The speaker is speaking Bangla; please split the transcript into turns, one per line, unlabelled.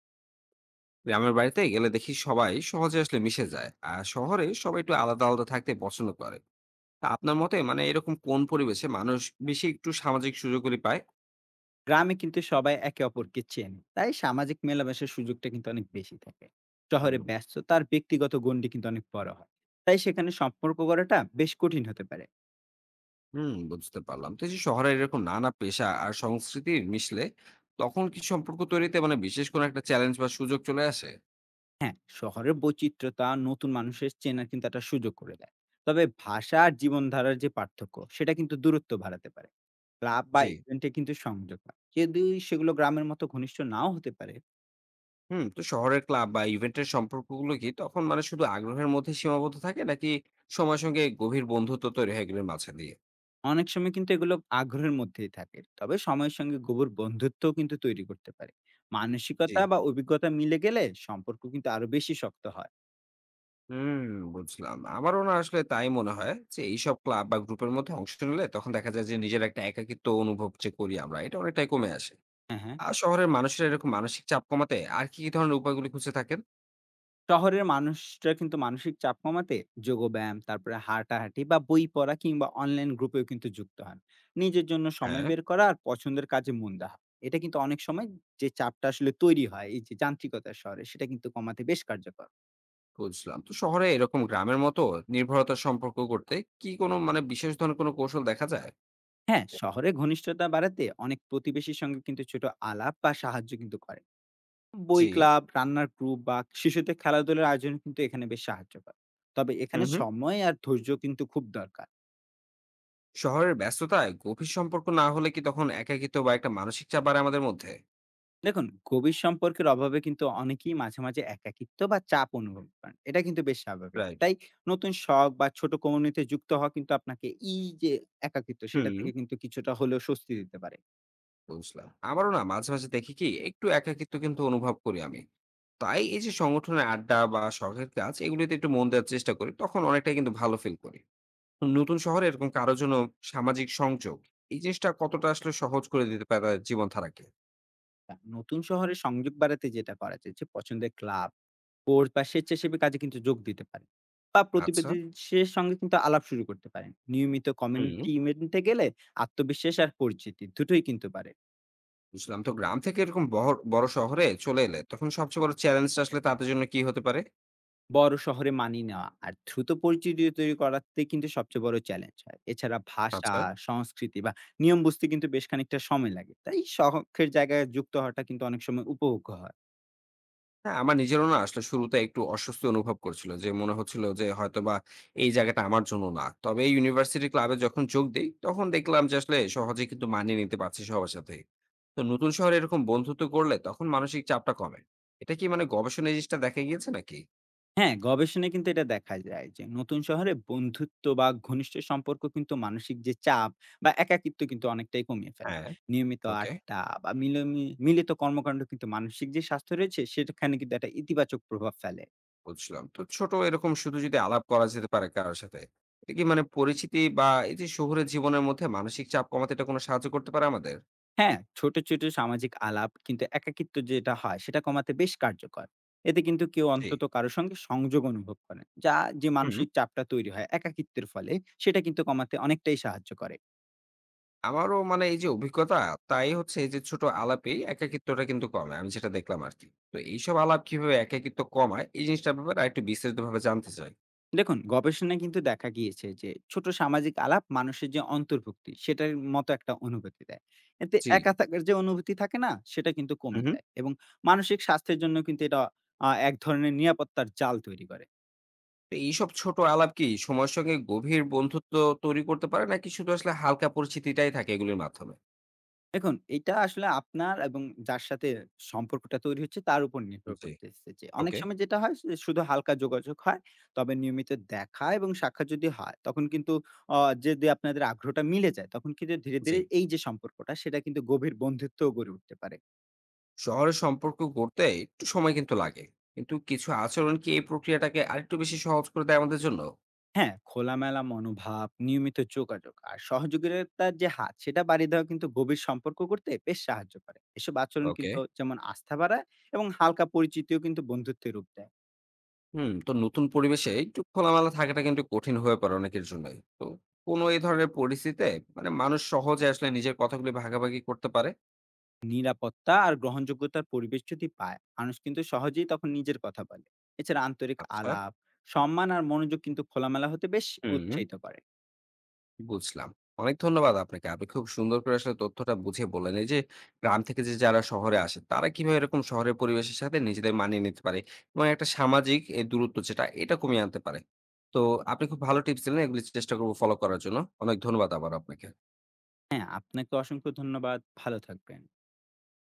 গ্রামের বাড়িতে গেলে দেখি সবাই সহজে আসলে মিশে যায় আর শহরে সবাই একটু আলাদা আলাদা থাকতে পছন্দ করে। তা আপনার মতে মানে এরকম কোন পরিবেশে মানুষ বেশি একটু সামাজিক সুযোগগুলি পায়?
গ্রামে কিন্তু সবাই একে অপরকে চেনে, তাই সামাজিক মেলামেশার সুযোগটা কিন্তু অনেক বেশি থাকে। শহরে
হুম।
ব্যস্ততার ব্যক্তিগত গণ্ডি কিন্তু অনেক বড় হয়, তাই সেখানে সম্পর্ক গড়াটা বেশ কঠিন হতে পারে।
বুঝতে পারলাম। তো এই যে শহরে এরকম নানা পেশা আর সংস্কৃতি মিশলে তখন কি সম্পর্ক তৈরিতে মানে বিশেষ কোনো একটা চ্যালেঞ্জ বা সুযোগ চলে আসে?
হ্যাঁ, শহরের বৈচিত্র্যতা নতুন মানুষের চেনার কিন্তু একটা সুযোগ করে দেয়। তবে ভাষা আর জীবনধারার যে পার্থক্য, সেটা কিন্তু দূরত্ব বাড়াতে পারে। ক্লাব বা
জি।
ইভেন্টে কিন্তু সংযোগ হয়, যদি সেগুলো গ্রামের মতো ঘনিষ্ঠ নাও হতে পারে।
হুম। তো শহরের ক্লাব বা ইভেন্টের সম্পর্কগুলো কি তখন মানে শুধু আগ্রহের মধ্যে সীমাবদ্ধ থাকে, নাকি সময়ের সঙ্গে গভীর বন্ধুত্ব তৈরি হয় এগুলোর মাঝে দিয়ে?
অনেক সময় কিন্তু এগুলো আগ্রহের মধ্যেই থাকে। তবে সময়ের সঙ্গে গোবর বন্ধুত্বও কিন্তু তৈরি করতে পারে।
জি।
মানসিকতা বা অভিজ্ঞতা মিলে গেলে সম্পর্ক কিন্তু আরো বেশি শক্ত হয়।
হুম, বুঝলাম। আমারও না আসলে তাই মনে হয় যে এইসব ক্লাব বা গ্রুপের মধ্যে অংশ নিলে তখন দেখা যায় যে নিজের একটা একাকিত্ব অনুভব যে করি আমরা এটা অনেকটাই কমে আসে।
হ্যাঁ, হ্যাঁ।
আর শহরের মানুষেরা এরকম মানসিক চাপ কমাতে আর কি ধরনের উপায়গুলি খুঁজে থাকেন?
শহরের মানুষরা কিন্তু মানসিক চাপ কমাতে যোগব্যায়াম, তারপরে হাঁটাহাঁটি বা বই পড়া কিংবা অনলাইন গ্রুপেও কিন্তু যুক্ত হন। নিজের জন্য সময়
হ্যাঁ।
বের করা আর পছন্দের কাজে মন দেওয়া। এটা কিন্তু অনেক সময় যে চাপটা আসলে তৈরি হয় এই যে যান্ত্রিকতার শহরে, সেটা কিন্তু কমাতে বেশ কার্যকর।
বুঝলাম। তো শহরে এরকম গ্রামের মতো নির্ভরতার সম্পর্ক করতে কি কোনো মানে বিশেষ ধরনের কোনো কৌশল দেখা যায়?
হ্যাঁ, শহরে ঘনিষ্ঠতা বাড়াতে অনেক প্রতিবেশীর সঙ্গে কিন্তু ছোট আলাপ বা সাহায্য কিন্তু করে।
জি।
বই ক্লাব, রান্নার গ্রুপ বা শিশুদের খেলাধুলার আয়োজন কিন্তু এখানে বেশ সাহায্য করে। তবে
হুম,
এখানে
হুম।
সময় আর ধৈর্য কিন্তু খুব দরকার।
শহরের ব্যস্ততায় গভীর সম্পর্ক না হলে কি তখন একাকিত্ব বা একটা মানসিক চাপ বাড়ে আমাদের মধ্যে?
দেখুন, গভীর সম্পর্কের অভাবে কিন্তু অনেকেই মাঝে মাঝে একাকিত্ব বা চাপ অনুভব করেন। এটা কিন্তু বেশ স্বাভাবিক।
রাইট।
তাই নতুন শখ বা ছোট কমিউনিটিতে যুক্ত হওয়া কিন্তু আপনাকে এই যে একাকিত্ব, সেটা
হুম।
থেকে কিন্তু কিছুটা হলেও স্বস্তি দিতে পারে।
বুঝলাম। আমারও না মাঝে দেখি কি একটু একাকিত্ব কিন্তু অনুভব করি আমি। তাই এই যে সংগঠনের আড্ডা বা শখের কাজ এগুলিতে একটু মন দেওয়ার চেষ্টা করি। তখন অনেকটাই কিন্তু ভালো ফিল করি। তো নতুন শহরে এরকম কারো জন্য সামাজিক সংযোগ এই জিনিসটা কতটা আসলে সহজ করে দিতে পারে তাদের জীবনধারাকে?
তা নতুন শহরে সংযোগ বাড়াতে যেটা করা যায়, যে পছন্দের ক্লাব, কোর্স বা স্বেচ্ছাসেবী কাজে কিন্তু যোগ দিতে পারেন, বা
আচ্ছা,
প্রতিবেশীর সঙ্গে কিন্তু আলাপ শুরু করতে পারেন। নিয়মিত
হুম,
কমিউনিটি ইভেন্টে গেলে আত্মবিশ্বাস আর পরিচিতি দুটোই কিন্তু বাড়ে।
বুঝলাম। তো গ্রাম থেকে এরকম বহর বড় শহরে চলে এলে তখন সবচেয়ে বড় চ্যালেঞ্জটা আসলে তাদের জন্য কি হতে পারে?
বড় শহরে মানিয়ে নেওয়া আর দ্রুত পরিচিতি তৈরি করাতে কিন্তু সবচেয়ে বড় চ্যালেঞ্জ হয়। এছাড়া ভাষা,
আচ্ছা।
সংস্কৃতি বা নিয়ম বুঝতে কিন্তু বেশ খানিকটা সময় লাগে। তাই শখের জায়গায় যুক্ত হওয়াটা কিন্তু অনেক সময় উপভোগ্য হয়।
হ্যাঁ, আমার নিজেরও না আসলে শুরুতে একটু অস্বস্তি অনুভব করছিল। যে মনে হচ্ছিল যে হয়তোবা এই জায়গাটা আমার জন্য না। তবে এই ইউনিভার্সিটি ক্লাবে যখন যোগ দেই, তখন দেখলাম যে আসলে সহজেই কিন্তু মানিয়ে নিতে পারছি সবার সাথেই। তো নতুন শহরে এরকম বন্ধুত্ব করলে তখন মানসিক চাপটা কমে। এটা কি মানে গবেষণায় এই জিনিসটা দেখা গিয়েছে নাকি?
হ্যাঁ, গবেষণায় কিন্তু এটা দেখা যায় যে নতুন শহরে বন্ধুত্ব বা ঘনিষ্ঠ সম্পর্ক কিন্তু মানসিক যে চাপ বা একাকিত্ব, কিন্তু অনেকটাই কমিয়ে ফেলে।
হ্যাঁ।
নিয়মিত
ওকে,
আড্ডা বা মিলিত কর্মকাণ্ড কিন্তু মানসিক যে স্বাস্থ্য রয়েছে, সেখানে কিন্তু একটা ইতিবাচক প্রভাব ফেলে।
বুঝলাম। তো ছোট এরকম শুধু যদি আলাপ করা যেতে পারে কারো সাথে, এটা কি মানে পরিচিতি বা এই যে শহুরে জীবনের মধ্যে মানসিক চাপ কমাতে এটা কোনো সাহায্য করতে পারে আমাদের?
হ্যাঁ, ছোট ছোট সামাজিক আলাপ কিন্তু একাকিত্ব যেটা হয়, সেটা কমাতে বেশ কার্যকর। এতে কিন্তু কেউ
জি।
অন্তত কারোর সঙ্গে সংযোগ অনুভব করে। যা যে
হুম।
মানসিক চাপটা তৈরি হয় একাকিত্বের ফলে, সেটা কিন্তু কমাতে অনেকটাই সাহায্য করে।
আমারও মানে এই যে অভিজ্ঞতা, তাই হচ্ছে এই যে ছোট আলাপেই একাকিত্বটা কিন্তু কমে। আমি যেটা দেখলাম আরকি। তো এইসব আলাপ কিভাবে একাকিত্ব কমায়, এই জিনিসটার ব্যাপারে আরেকটু বিস্তারিতভাবে জানতে চাই।
দেখুন, গবেষণায় কিন্তু দেখা গিয়েছে যে ছোট সামাজিক আলাপ মানুষের যে অন্তর্ভুক্তি, সেটার মতো একটা অনুভূতি দেয়। এতে
জি।
একা থাকার যে অনুভূতি থাকে না, সেটা কিন্তু
হুম,
কমে
হুম।
যায়। এবং মানসিক স্বাস্থ্যের জন্য কিন্তু এটা এক ধরনের নিরাপত্তার জাল তৈরি করে।
তো এইসব ছোট আলাপ কি সময়ের সঙ্গে গভীর বন্ধুত্ব তৈরি করতে পারে নাকি শুধু আসলে হালকা পরিচিতিটাই থাকে এগুলির মাধ্যমে?
দেখুন, এটা আসলে আপনার এবং যার সাথে সম্পর্কটা তৈরি হচ্ছে তার উপর নির্ভর
জি,
করতেছে যে, অনেক
ওকে।
সময় যেটা হয় সে শুধু হালকা যোগাযোগ হয়। তবে নিয়মিত দেখা এবং সাক্ষাৎ যদি হয়, তখন কিন্তু অ যদি আপনাদের আগ্রহটা মিলে যায়, তখন কিন্তু ধীরে
জি।
ধীরে এই যে সম্পর্কটা, সেটা কিন্তু গভীর বন্ধুত্বও গড়ে উঠতে পারে।
শহরে সম্পর্ক গড়তে একটু সময় কিন্তু লাগে। কিন্তু কিছু আচরণ কি এই প্রক্রিয়াটাকে আরেকটু বেশি সহজ করে দেয় আমাদের জন্য?
হ্যাঁ, খোলামেলা মনোভাব, নিয়মিত যোগাযোগ আর সহযোগিতার যে হাত সেটা বাড়িয়ে দেওয়া কিন্তু গভীর সম্পর্ক করতে বেশ সাহায্য করে। এসব আচরণ
ওকে।
কিন্তু যেমন আস্থা বাড়ায় এবং হালকা পরিচিতিও কিন্তু বন্ধুত্বের রূপ দেয়।
হুম, তো নতুন পরিবেশে একটু খোলামেলা থাকাটা কিন্তু কঠিন হয়ে পড়ে অনেকের জন্যই। তো কোনো এই ধরনের পরিস্থিতিতে মানে মানুষ সহজে আসলে নিজের কথাগুলি ভাগাভাগি করতে পারে?
নিরাপত্তা আর গ্রহণযোগ্যতার পরিবেশ যদি পায়, মানুষ কিন্তু সহজেই তখন নিজের কথা বলে। এছাড়া আন্তরিক
আচ্ছা।
আলাপ, সম্মান আর মনোযোগ কিন্তু খোলামেলা হতে বেশ
হুম,
উৎসাহিত করে।
বুঝলাম। অনেক ধন্যবাদ আপনাকে। আপনি খুব সুন্দর করে আসলে তথ্যটা বুঝিয়ে বললেন। এই যে গ্রাম থেকে যে যারা শহরে আসে তারা কিভাবে এরকম শহরের পরিবেশের সাথে নিজেদের মানিয়ে নিতে পারে এবং একটা সামাজিক এই দূরত্ব যেটা এটা কমিয়ে আনতে পারে। তো আপনি খুব ভালো টিপস দিলেন। এগুলি চেষ্টা করব ফলো করার জন্য। অনেক ধন্যবাদ আবারও আপনাকে।
হ্যাঁ, আপনাকে অসংখ্য ধন্যবাদ। ভালো থাকবেন।